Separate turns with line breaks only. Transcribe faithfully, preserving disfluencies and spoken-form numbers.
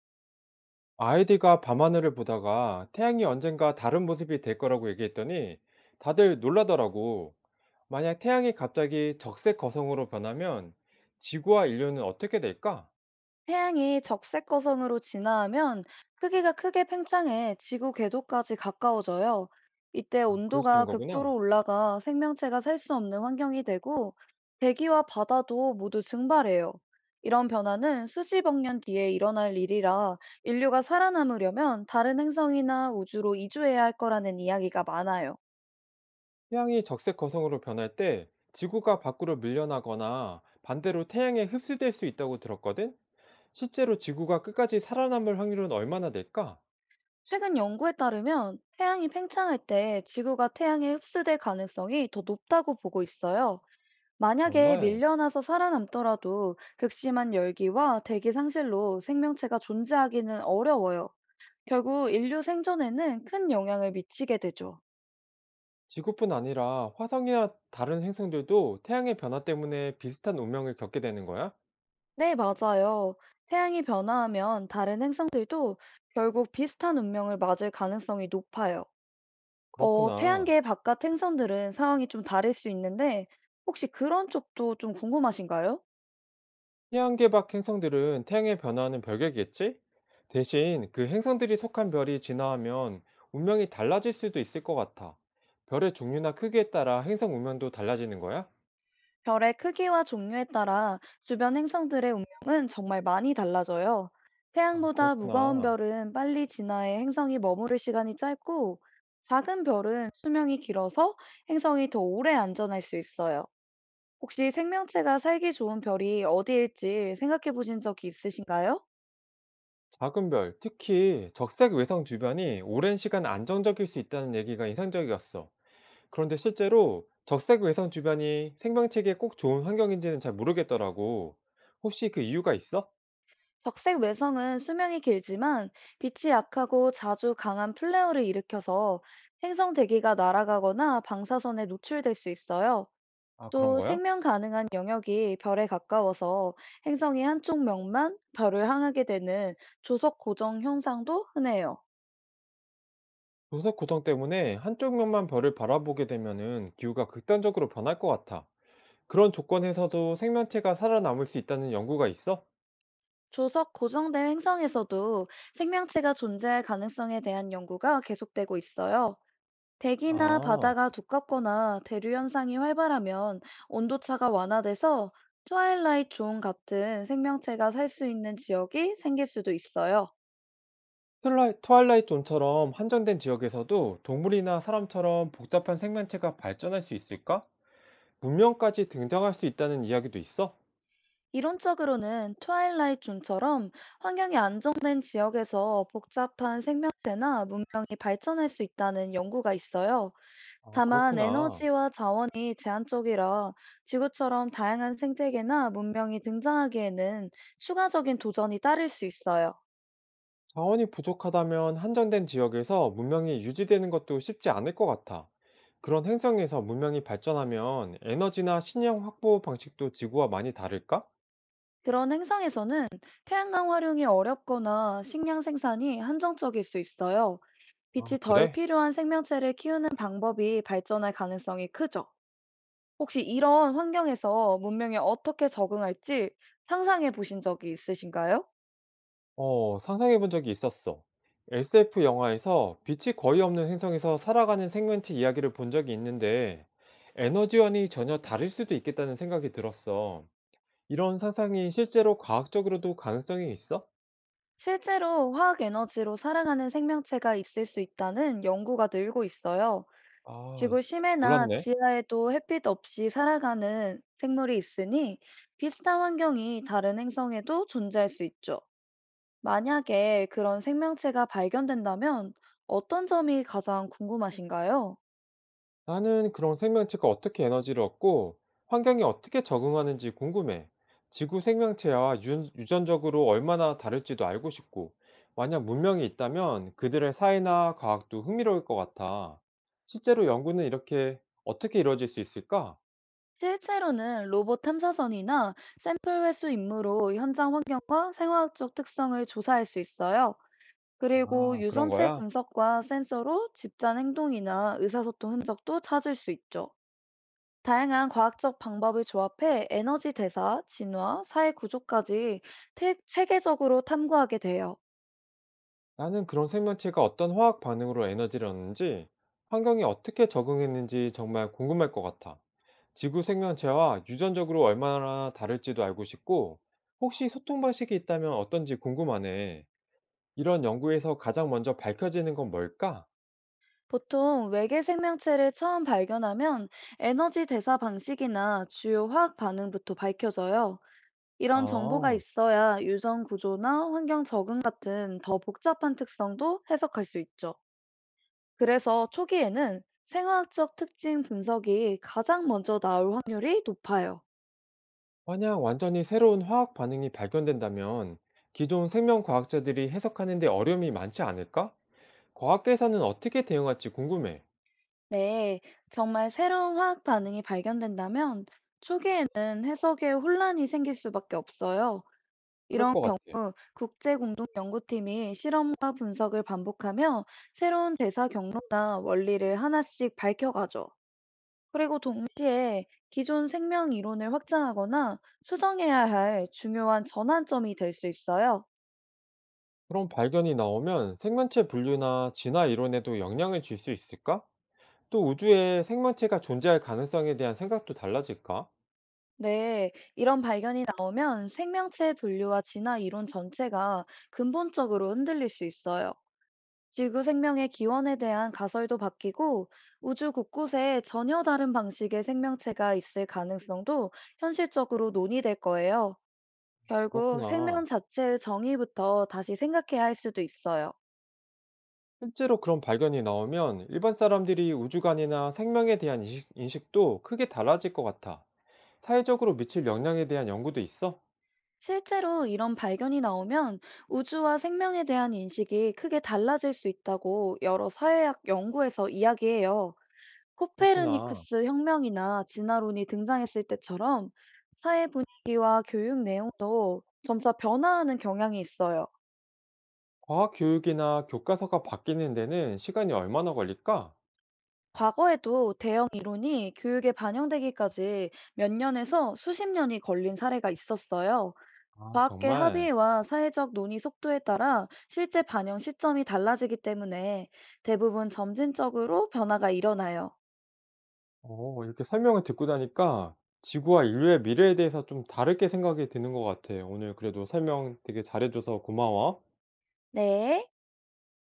아이디가 밤하늘을 보다가 태양이 언젠가 다른 모습이 될 거라고 얘기했더니 다들 놀라더라고. 만약 태양이 갑자기 적색 거성으로 변하면 지구와 인류는 어떻게 될까?
태양이 적색거성으로 진화하면 크기가 크게 팽창해 지구 궤도까지 가까워져요. 이때
아, 그럴 수
온도가
있는 거구나.
극도로 올라가 생명체가 살 수 없는 환경이 되고, 대기와 바다도 모두 증발해요. 이런 변화는 수십억 년 뒤에 일어날 일이라, 인류가 살아남으려면 다른 행성이나 우주로 이주해야 할 거라는 이야기가 많아요.
태양이 적색 거성으로 변할 때 지구가 밖으로 밀려나거나 반대로 태양에 흡수될 수 있다고 들었거든? 실제로 지구가 끝까지 살아남을 확률은 얼마나 될까?
최근 연구에 따르면 태양이 팽창할 때 지구가 태양에 흡수될 가능성이 더 높다고 보고 있어요. 만약에
정말
밀려나서 살아남더라도 극심한 열기와 대기 상실로 생명체가 존재하기는 어려워요. 결국 인류 생존에는 큰 영향을 미치게 되죠.
지구뿐 아니라 화성이나 다른 행성들도 태양의 변화 때문에 비슷한 운명을 겪게 되는 거야?
네, 맞아요. 태양이 변화하면 다른 행성들도 결국 비슷한 운명을 맞을 가능성이 높아요. 어,
그렇구나.
태양계 바깥 행성들은 상황이 좀 다를 수 있는데, 혹시 그런 쪽도 좀 궁금하신가요?
태양계 밖 행성들은 태양의 변화는 별개겠지? 대신 그 행성들이 속한 별이 진화하면 운명이 달라질 수도 있을 것 같아. 별의 종류나 크기에 따라 행성 운명도 달라지는 거야?
별의 크기와 종류에 따라 주변 행성들의 운명은 정말 많이 달라져요.
아,
태양보다 무거운
그렇구나.
별은 빨리 진화해 행성이 머무를 시간이 짧고, 작은 별은 수명이 길어서 행성이 더 오래 안전할 수 있어요. 혹시 생명체가 살기 좋은 별이 어디일지 생각해 보신 적이 있으신가요?
작은 별, 특히 적색 외성 주변이 오랜 시간 안정적일 수 있다는 얘기가 인상적이었어. 그런데 실제로 적색 외선 주변이 생명체에게 꼭 좋은 환경인지는 잘 모르겠더라고. 혹시 그 이유가 있어?
적색 외성은 수명이 길지만 빛이 약하고 자주 강한 플레어를 일으켜서 행성 대기가 날아가거나 방사선에 노출될 수 있어요.
아, 그런
또
거야?
생명 가능한 영역이 별에 가까워서 행성의 한쪽 면만 별을 향하게 되는 조석 고정 현상도 흔해요.
도색 고정 때문에 한쪽 면만 별을 바라보게 되면은 기후가 극단적으로 변할 것 같아. 그런 조건에서도 생명체가 살아남을 수 있다는 연구가 있어?
조석 고정된 행성에서도 생명체가 존재할 가능성에 대한 연구가 계속되고 있어요. 대기나
아,
바다가 두껍거나 대류 현상이 활발하면 온도차가 완화돼서 트와일라이트 존 같은 생명체가 살 수 있는 지역이 생길 수도 있어요.
트와일라이- 트와일라이트 존처럼 한정된 지역에서도 동물이나 사람처럼 복잡한 생명체가 발전할 수 있을까? 문명까지 등장할 수 있다는 이야기도 있어?
이론적으로는 트와일라이트 존처럼 환경이 안정된 지역에서 복잡한 생명체나 문명이 발전할 수 있다는 연구가 있어요.
아,
다만
그렇구나.
에너지와 자원이 제한적이라 지구처럼 다양한 생태계나 문명이 등장하기에는 추가적인 도전이 따를 수 있어요.
자원이 부족하다면 한정된 지역에서 문명이 유지되는 것도 쉽지 않을 것 같아. 그런 행성에서 문명이 발전하면 에너지나 식량 확보 방식도 지구와 많이 다를까?
그런 행성에서는 태양광 활용이 어렵거나 식량 생산이 한정적일 수 있어요.
아,
빛이 덜
그래?
필요한 생명체를 키우는 방법이 발전할 가능성이 크죠. 혹시 이런 환경에서 문명에 어떻게 적응할지 상상해 보신 적이 있으신가요?
어, 상상해 본 적이 있었어. 에스에프 영화에서 빛이 거의 없는 행성에서 살아가는 생명체 이야기를 본 적이 있는데 에너지원이 전혀 다를 수도 있겠다는 생각이 들었어. 이런 상상이 실제로 과학적으로도 가능성이 있어?
실제로 화학 에너지로 살아가는 생명체가 있을 수 있다는 연구가 늘고 있어요.
아,
지구 심해나
몰랐네.
지하에도 햇빛 없이 살아가는 생물이 있으니, 비슷한 환경이 다른 행성에도 존재할 수 있죠. 만약에 그런 생명체가 발견된다면 어떤 점이 가장 궁금하신가요?
나는 그런 생명체가 어떻게 에너지를 얻고 환경에 어떻게 적응하는지 궁금해. 지구 생명체와 유- 유전적으로 얼마나 다를지도 알고 싶고, 만약 문명이 있다면 그들의 사회나 과학도 흥미로울 것 같아. 실제로 연구는 이렇게 어떻게 이루어질 수 있을까?
실제로는 로봇 탐사선이나 샘플 회수 임무로 현장 환경과 생화학적 특성을 조사할 수 있어요. 그리고
아, 그런
유전체
거야?
분석과 센서로 집단 행동이나 의사소통 흔적도 찾을 수 있죠. 다양한 과학적 방법을 조합해 에너지 대사, 진화, 사회 구조까지 태- 체계적으로 탐구하게 돼요.
나는 그런 생명체가 어떤 화학 반응으로 에너지를 얻는지, 환경에 어떻게 적응했는지 정말 궁금할 것 같아. 지구 생명체와 유전적으로 얼마나 다를지도 알고 싶고, 혹시 소통 방식이 있다면 어떤지 궁금하네. 이런 연구에서 가장 먼저 밝혀지는 건 뭘까?
보통 외계 생명체를 처음 발견하면 에너지 대사 방식이나 주요 화학 반응부터 밝혀져요. 이런 정보가
아,
있어야 유전 구조나 환경 적응 같은 더 복잡한 특성도 해석할 수 있죠. 그래서 초기에는 생화학적 특징 분석이 가장 먼저 나올 확률이 높아요.
만약 완전히 새로운 화학 반응이 발견된다면 기존 생명 과학자들이 해석하는 데 어려움이 많지 않을까? 과학계에서는 어떻게 대응할지 궁금해.
네, 정말 새로운 화학 반응이 발견된다면 초기에는 해석에 혼란이 생길 수밖에 없어요.
그럴
이런
것 같아.
경우 국제공동연구팀이 실험과 분석을 반복하며 새로운 대사 경로나 원리를 하나씩 밝혀가죠. 그리고 동시에 기존 생명 이론을 확장하거나 수정해야 할 중요한 전환점이 될 수 있어요.
그런 발견이 나오면 생명체 분류나 진화 이론에도 영향을 줄 수 있을까? 또 우주에 생명체가 존재할 가능성에 대한 생각도 달라질까?
네, 이런 발견이 나오면 생명체 분류와 진화 이론 전체가 근본적으로 흔들릴 수 있어요. 지구 생명의 기원에 대한 가설도 바뀌고, 우주 곳곳에 전혀 다른 방식의 생명체가 있을 가능성도 현실적으로 논의될 거예요. 결국 생명
그렇구나.
자체의 정의부터 다시 생각해야 할 수도 있어요.
실제로 그런 발견이 나오면 일반 사람들이 우주관이나 생명에 대한 인식, 도 크게 달라질 것 같아. 사회적으로 미칠 영향에 대한 연구도 있어?
실제로 이런 발견이 나오면 우주와 생명에 대한 인식이 크게 달라질 수 있다고 여러 사회학 연구에서 이야기해요.
그렇구나.
코페르니쿠스 혁명이나 진화론이 등장했을 때처럼 사회 분위기와 교육 내용도 점차 변화하는 경향이 있어요.
과학 교육이나 교과서가 바뀌는 데는 시간이 얼마나 걸릴까?
과거에도 대형 이론이 교육에 반영되기까지 몇 년에서 수십 년이 걸린 사례가 있었어요.
아,
과학계
정말.
합의와 사회적 논의 속도에 따라 실제 반영 시점이 달라지기 때문에 대부분 점진적으로 변화가 일어나요.
어 이렇게 설명을 듣고 나니까 지구와 인류의 미래에 대해서 좀 다르게 생각이 드는 것 같아. 오늘 그래도 설명 되게 잘해 줘서 고마워.
네.